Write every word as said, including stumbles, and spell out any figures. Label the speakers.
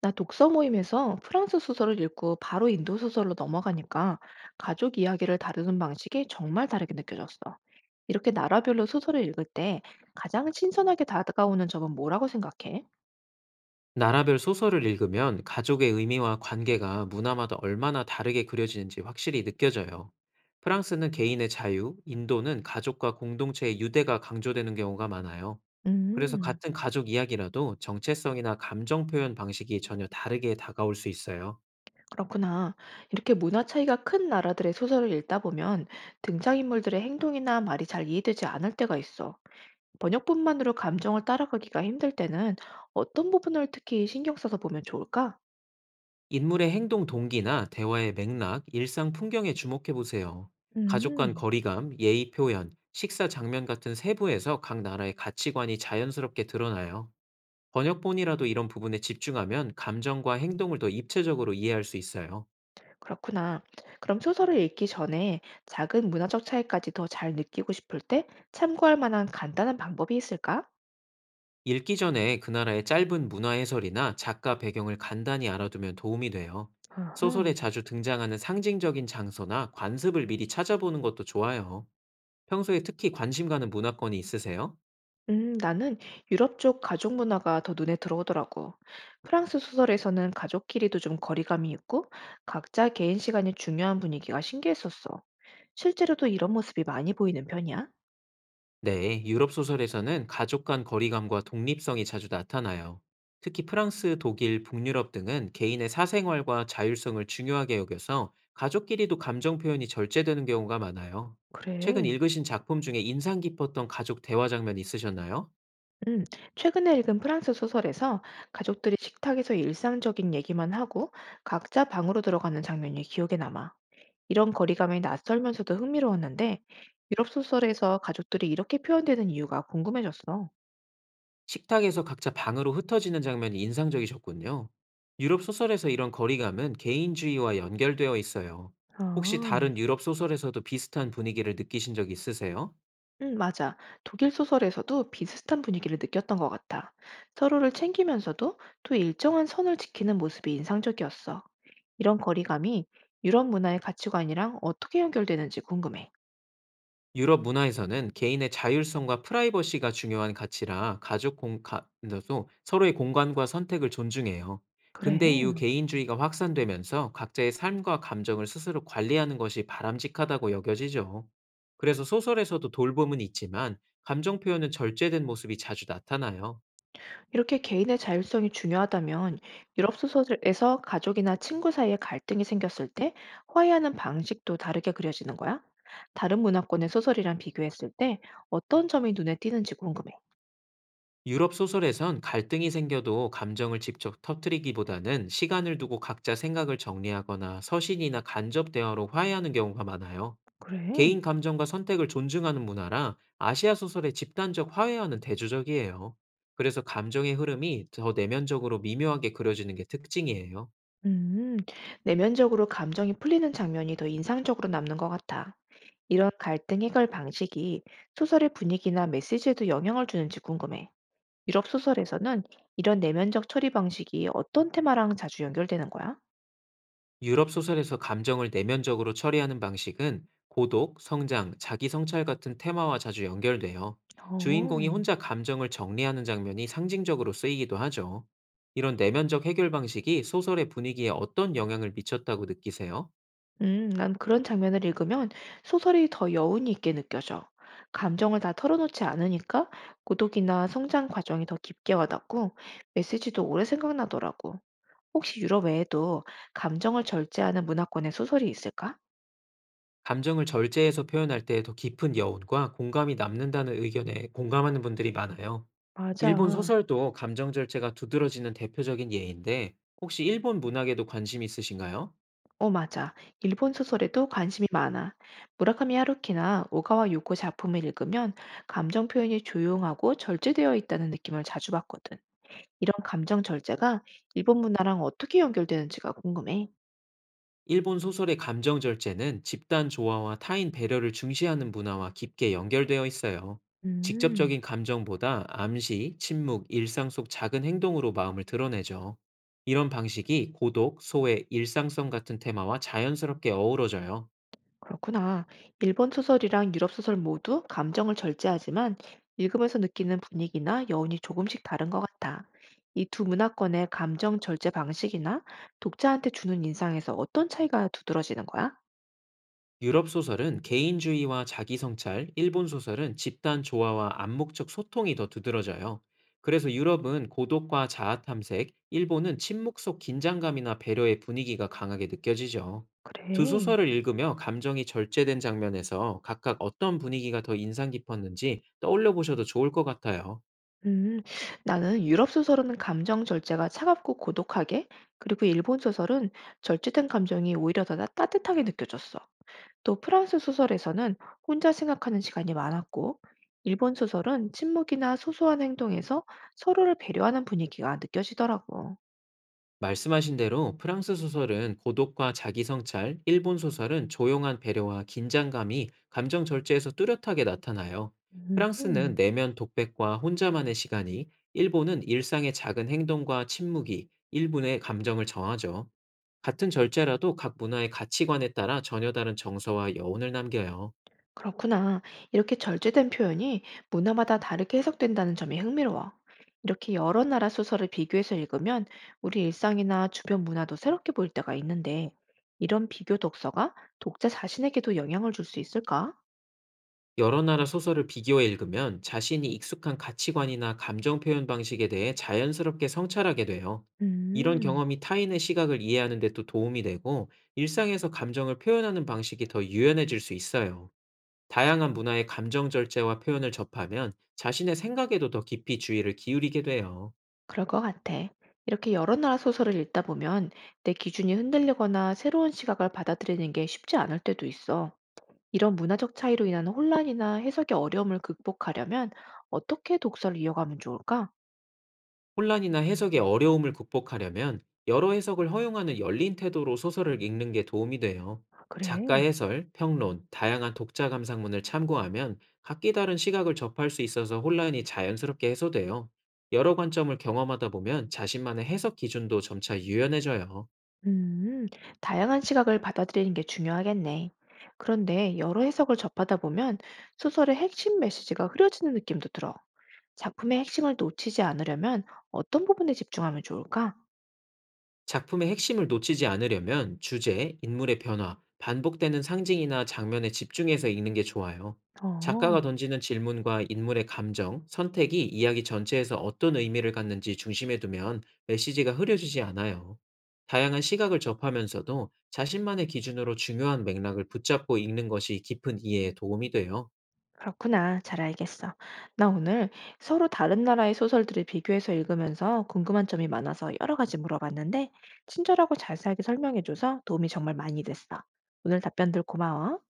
Speaker 1: 나 독서 모임에서 프랑스 소설을 읽고 바로 인도 소설로 넘어가니까 가족 이야기를 다루는 방식이 정말 다르게 느껴졌어. 이렇게 나라별로 소설을 읽을 때 가장 신선하게 다가오는 점은 뭐라고 생각해?
Speaker 2: 나라별 소설을 읽으면 가족의 의미와 관계가 문화마다 얼마나 다르게 그려지는지 확실히 느껴져요. 프랑스는 개인의 자유, 인도는 가족과 공동체의 유대가 강조되는 경우가 많아요. 그래서
Speaker 1: 음,
Speaker 2: 같은 가족 이야기라도 정체성이나 감정 표현 방식이 전혀 다르게 다가올 수 있어요.
Speaker 1: 그렇구나. 이렇게 문화 차이가 큰 나라들의 소설을 읽다 보면 등장인물들의 행동이나 말이 잘 이해되지 않을 때가 있어. 번역뿐만으로 감정을 따라가기가 힘들 때는 어떤 부분을 특히 신경 써서 보면 좋을까?
Speaker 2: 인물의 행동 동기나 대화의 맥락, 일상 풍경에 주목해 보세요. 가족 간
Speaker 1: 음.
Speaker 2: 거리감, 예의 표현, 식사 장면 같은 세부에서 각 나라의 가치관이 자연스럽게 드러나요. 번역본이라도 이런 부분에 집중하면 감정과 행동을 더 입체적으로 이해할 수 있어요.
Speaker 1: 그렇구나. 그럼 소설을 읽기 전에 작은 문화적 차이까지 더 잘 느끼고 싶을 때 참고할 만한 간단한 방법이 있을까?
Speaker 2: 읽기 전에 그 나라의 짧은 문화 해설이나 작가 배경을 간단히 알아두면 도움이 돼요. 소설에
Speaker 1: 아하.
Speaker 2: 자주 등장하는 상징적인 장소나 관습을 미리 찾아보는 것도 좋아요. 평소에 특히 관심 가는 문화권이 있으세요?
Speaker 1: 음, 나는 유럽 쪽 가족 문화가 더 눈에 들어오더라고. 프랑스 소설에서는 가족끼리도 좀 거리감이 있고 각자 개인 시간이 중요한 분위기가 신기했었어. 실제로도 이런 모습이 많이 보이는 편이야?
Speaker 2: 네, 유럽 소설에서는 가족 간 거리감과 독립성이 자주 나타나요. 특히 프랑스, 독일, 북유럽 등은 개인의 사생활과 자율성을 중요하게 여겨서 가족끼리도 감정 표현이 절제되는 경우가 많아요. 최근
Speaker 1: 그래.
Speaker 2: 읽으신 작품 중에 인상 깊었던 가족 대화 장면 있으셨나요?
Speaker 1: 음, 최근에 읽은 프랑스 소설에서 가족들이 식탁에서 일상적인 얘기만 하고 각자 방으로 들어가는 장면이 기억에 남아. 이런 거리감이 낯설면서도 흥미로웠는데 유럽 소설에서 가족들이 이렇게 표현되는 이유가 궁금해졌어.
Speaker 2: 식탁에서 각자 방으로 흩어지는 장면이 인상적이셨군요. 유럽 소설에서 이런 거리감은 개인주의와 연결되어 있어요. 혹시
Speaker 1: 아,
Speaker 2: 다른 유럽 소설에서도 비슷한 분위기를 느끼신 적 있으세요?
Speaker 1: 음, 맞아. 독일 소설에서도 비슷한 분위기를 느꼈던 것 같아. 서로를 챙기면서도 또 일정한 선을 지키는 모습이 인상적이었어. 이런 거리감이 유럽 문화의 가치관이랑 어떻게 연결되는지 궁금해.
Speaker 2: 유럽 문화에서는 개인의 자율성과 프라이버시가 중요한 가치라 가족 공간에서도 서로의 공간과 선택을 존중해요. 근대 이후
Speaker 1: 그래.
Speaker 2: 개인주의가 확산되면서 각자의 삶과 감정을 스스로 관리하는 것이 바람직하다고 여겨지죠. 그래서 소설에서도 돌봄은 있지만 감정 표현은 절제된 모습이 자주 나타나요.
Speaker 1: 이렇게 개인의 자율성이 중요하다면 유럽 소설에서 가족이나 친구 사이에 갈등이 생겼을 때 화해하는 방식도 다르게 그려지는 거야? 다른 문화권의 소설이랑 비교했을 때 어떤 점이 눈에 띄는지 궁금해.
Speaker 2: 유럽 소설에선 갈등이 생겨도 감정을 직접 터뜨리기보다는 시간을 두고 각자 생각을 정리하거나 서신이나 간접 대화로 화해하는 경우가 많아요.
Speaker 1: 그래.
Speaker 2: 개인 감정과 선택을 존중하는 문화라 아시아 소설의 집단적 화해와는 대조적이에요. 그래서 감정의 흐름이 더 내면적으로 미묘하게 그려지는 게 특징이에요.
Speaker 1: 음, 내면적으로 감정이 풀리는 장면이 더 인상적으로 남는 것 같아. 이런 갈등 해결 방식이 소설의 분위기나 메시지에도 영향을 주는지 궁금해. 유럽 소설에서는 이런 내면적 처리 방식이 어떤 테마랑 자주 연결되는 거야?
Speaker 2: 유럽 소설에서 감정을 내면적으로 처리하는 방식은 고독, 성장, 자기 성찰 같은 테마와 자주 연결돼요. 주인공이
Speaker 1: 어.
Speaker 2: 혼자 감정을 정리하는 장면이 상징적으로 쓰이기도 하죠. 이런 내면적 해결 방식이 소설의 분위기에 어떤 영향을 미쳤다고 느끼세요?
Speaker 1: 음, 난 그런 장면을 읽으면 소설이 더 여운이 있게 느껴져. 감정을 다 털어놓지 않으니까 고독이나 성장 과정이 더 깊게 와닿고 메시지도 오래 생각나더라고. 혹시 유럽 외에도 감정을 절제하는 문화권의 소설이 있을까?
Speaker 2: 감정을 절제해서 표현할 때 더 깊은 여운과 공감이 남는다는 의견에 공감하는 분들이 많아요. 일본
Speaker 1: 맞아.
Speaker 2: 소설도 감정 절제가 두드러지는 대표적인 예인데, 혹시 일본 문학에도 관심 있으신가요?
Speaker 1: 어, 맞아. 일본 소설에도 관심이 많아. 무라카미 하루키나 오가와 요코 작품을 읽으면 감정 표현이 조용하고 절제되어 있다는 느낌을 자주 받거든. 이런 감정 절제가 일본 문화랑 어떻게 연결되는지가 궁금해.
Speaker 2: 일본 소설의 감정 절제는 집단 조화와 타인 배려를 중시하는 문화와 깊게 연결되어 있어요.
Speaker 1: 음,
Speaker 2: 직접적인 감정보다 암시, 침묵, 일상 속 작은 행동으로 마음을 드러내죠. 이런 방식이 고독, 소외, 일상성 같은 테마와 자연스럽게 어우러져요.
Speaker 1: 그렇구나. 일본 소설이랑 유럽 소설 모두 감정을 절제하지만 읽으면서 느끼는 분위기나 여운이 조금씩 다른 것 같아. 이 두 문화권의 감정 절제 방식이나 독자한테 주는 인상에서 어떤 차이가 두드러지는 거야?
Speaker 2: 유럽 소설은 개인주의와 자기성찰, 일본 소설은 집단 조화와 암묵적 소통이 더 두드러져요. 그래서 유럽은 고독과 자아 탐색, 일본은 침묵 속 긴장감이나 배려의 분위기가 강하게 느껴지죠. 두
Speaker 1: 그래.
Speaker 2: 소설을 읽으며 감정이 절제된 장면에서 각각 어떤 분위기가 더 인상 깊었는지 떠올려 보셔도 좋을 것 같아요.
Speaker 1: 음, 나는 유럽 소설은 감정 절제가 차갑고 고독하게, 그리고 일본 소설은 절제된 감정이 오히려 더 따- 따뜻하게 느껴졌어. 또 프랑스 소설에서는 혼자 생각하는 시간이 많았고, 일본 소설은 침묵이나 소소한 행동에서 서로를 배려하는 분위기가 느껴지더라고.
Speaker 2: 말씀하신 대로 프랑스 소설은 고독과 자기 성찰, 일본 소설은 조용한 배려와 긴장감이 감정 절제에서 뚜렷하게 나타나요. 프랑스는
Speaker 1: 음,
Speaker 2: 내면 독백과 혼자만의 시간이, 일본은 일상의 작은 행동과 침묵이 일본의 감정을 정하죠. 같은 절제라도 각 문화의 가치관에 따라 전혀 다른 정서와 여운을 남겨요.
Speaker 1: 그렇구나. 이렇게 절제된 표현이 문화마다 다르게 해석된다는 점이 흥미로워. 이렇게 여러 나라 소설을 비교해서 읽으면 우리 일상이나 주변 문화도 새롭게 보일 때가 있는데, 이런 비교 독서가 독자 자신에게도 영향을 줄 수 있을까?
Speaker 2: 여러 나라 소설을 비교해 읽으면 자신이 익숙한 가치관이나 감정 표현 방식에 대해 자연스럽게 성찰하게 돼요. 이런
Speaker 1: 음.
Speaker 2: 경험이 타인의 시각을 이해하는 데 또 도움이 되고 일상에서 감정을 표현하는 방식이 더 유연해질 수 있어요. 다양한 문화의 감정 절제와 표현을 접하면 자신의 생각에도 더 깊이 주의를 기울이게 돼요.
Speaker 1: 그럴 것 같아. 이렇게 여러 나라 소설을 읽다 보면 내 기준이 흔들리거나 새로운 시각을 받아들이는 게 쉽지 않을 때도 있어. 이런 문화적 차이로 인한 혼란이나 해석의 어려움을 극복하려면 어떻게 독서를 이어가면 좋을까?
Speaker 2: 혼란이나 해석의 어려움을 극복하려면 여러 해석을 허용하는 열린 태도로 소설을 읽는 게 도움이 돼요. 작가
Speaker 1: 그래.
Speaker 2: 해설, 평론, 다양한 독자 감상문을 참고하면 각기 다른 시각을 접할 수 있어서 혼란이 자연스럽게 해소돼요. 여러 관점을 경험하다 보면 자신만의 해석 기준도 점차 유연해져요.
Speaker 1: 음, 다양한 시각을 받아들이는 게 중요하겠네. 그런데 여러 해석을 접하다 보면 소설의 핵심 메시지가 흐려지는 느낌도 들어. 작품의 핵심을 놓치지 않으려면 어떤 부분에 집중하면 좋을까?
Speaker 2: 작품의 핵심을 놓치지 않으려면 주제, 인물의 변화, 반복되는 상징이나 장면에 집중해서 읽는 게 좋아요.
Speaker 1: 어.
Speaker 2: 작가가 던지는 질문과 인물의 감정, 선택이 이야기 전체에서 어떤 의미를 갖는지 중심에 두면 메시지가 흐려지지 않아요. 다양한 시각을 접하면서도 자신만의 기준으로 중요한 맥락을 붙잡고 읽는 것이 깊은 이해에 도움이 돼요.
Speaker 1: 그렇구나. 잘 알겠어. 나 오늘 서로 다른 나라의 소설들을 비교해서 읽으면서 궁금한 점이 많아서 여러 가지 물어봤는데, 친절하고 자세하게 설명해줘서 도움이 정말 많이 됐어. 오늘 답변들 고마워.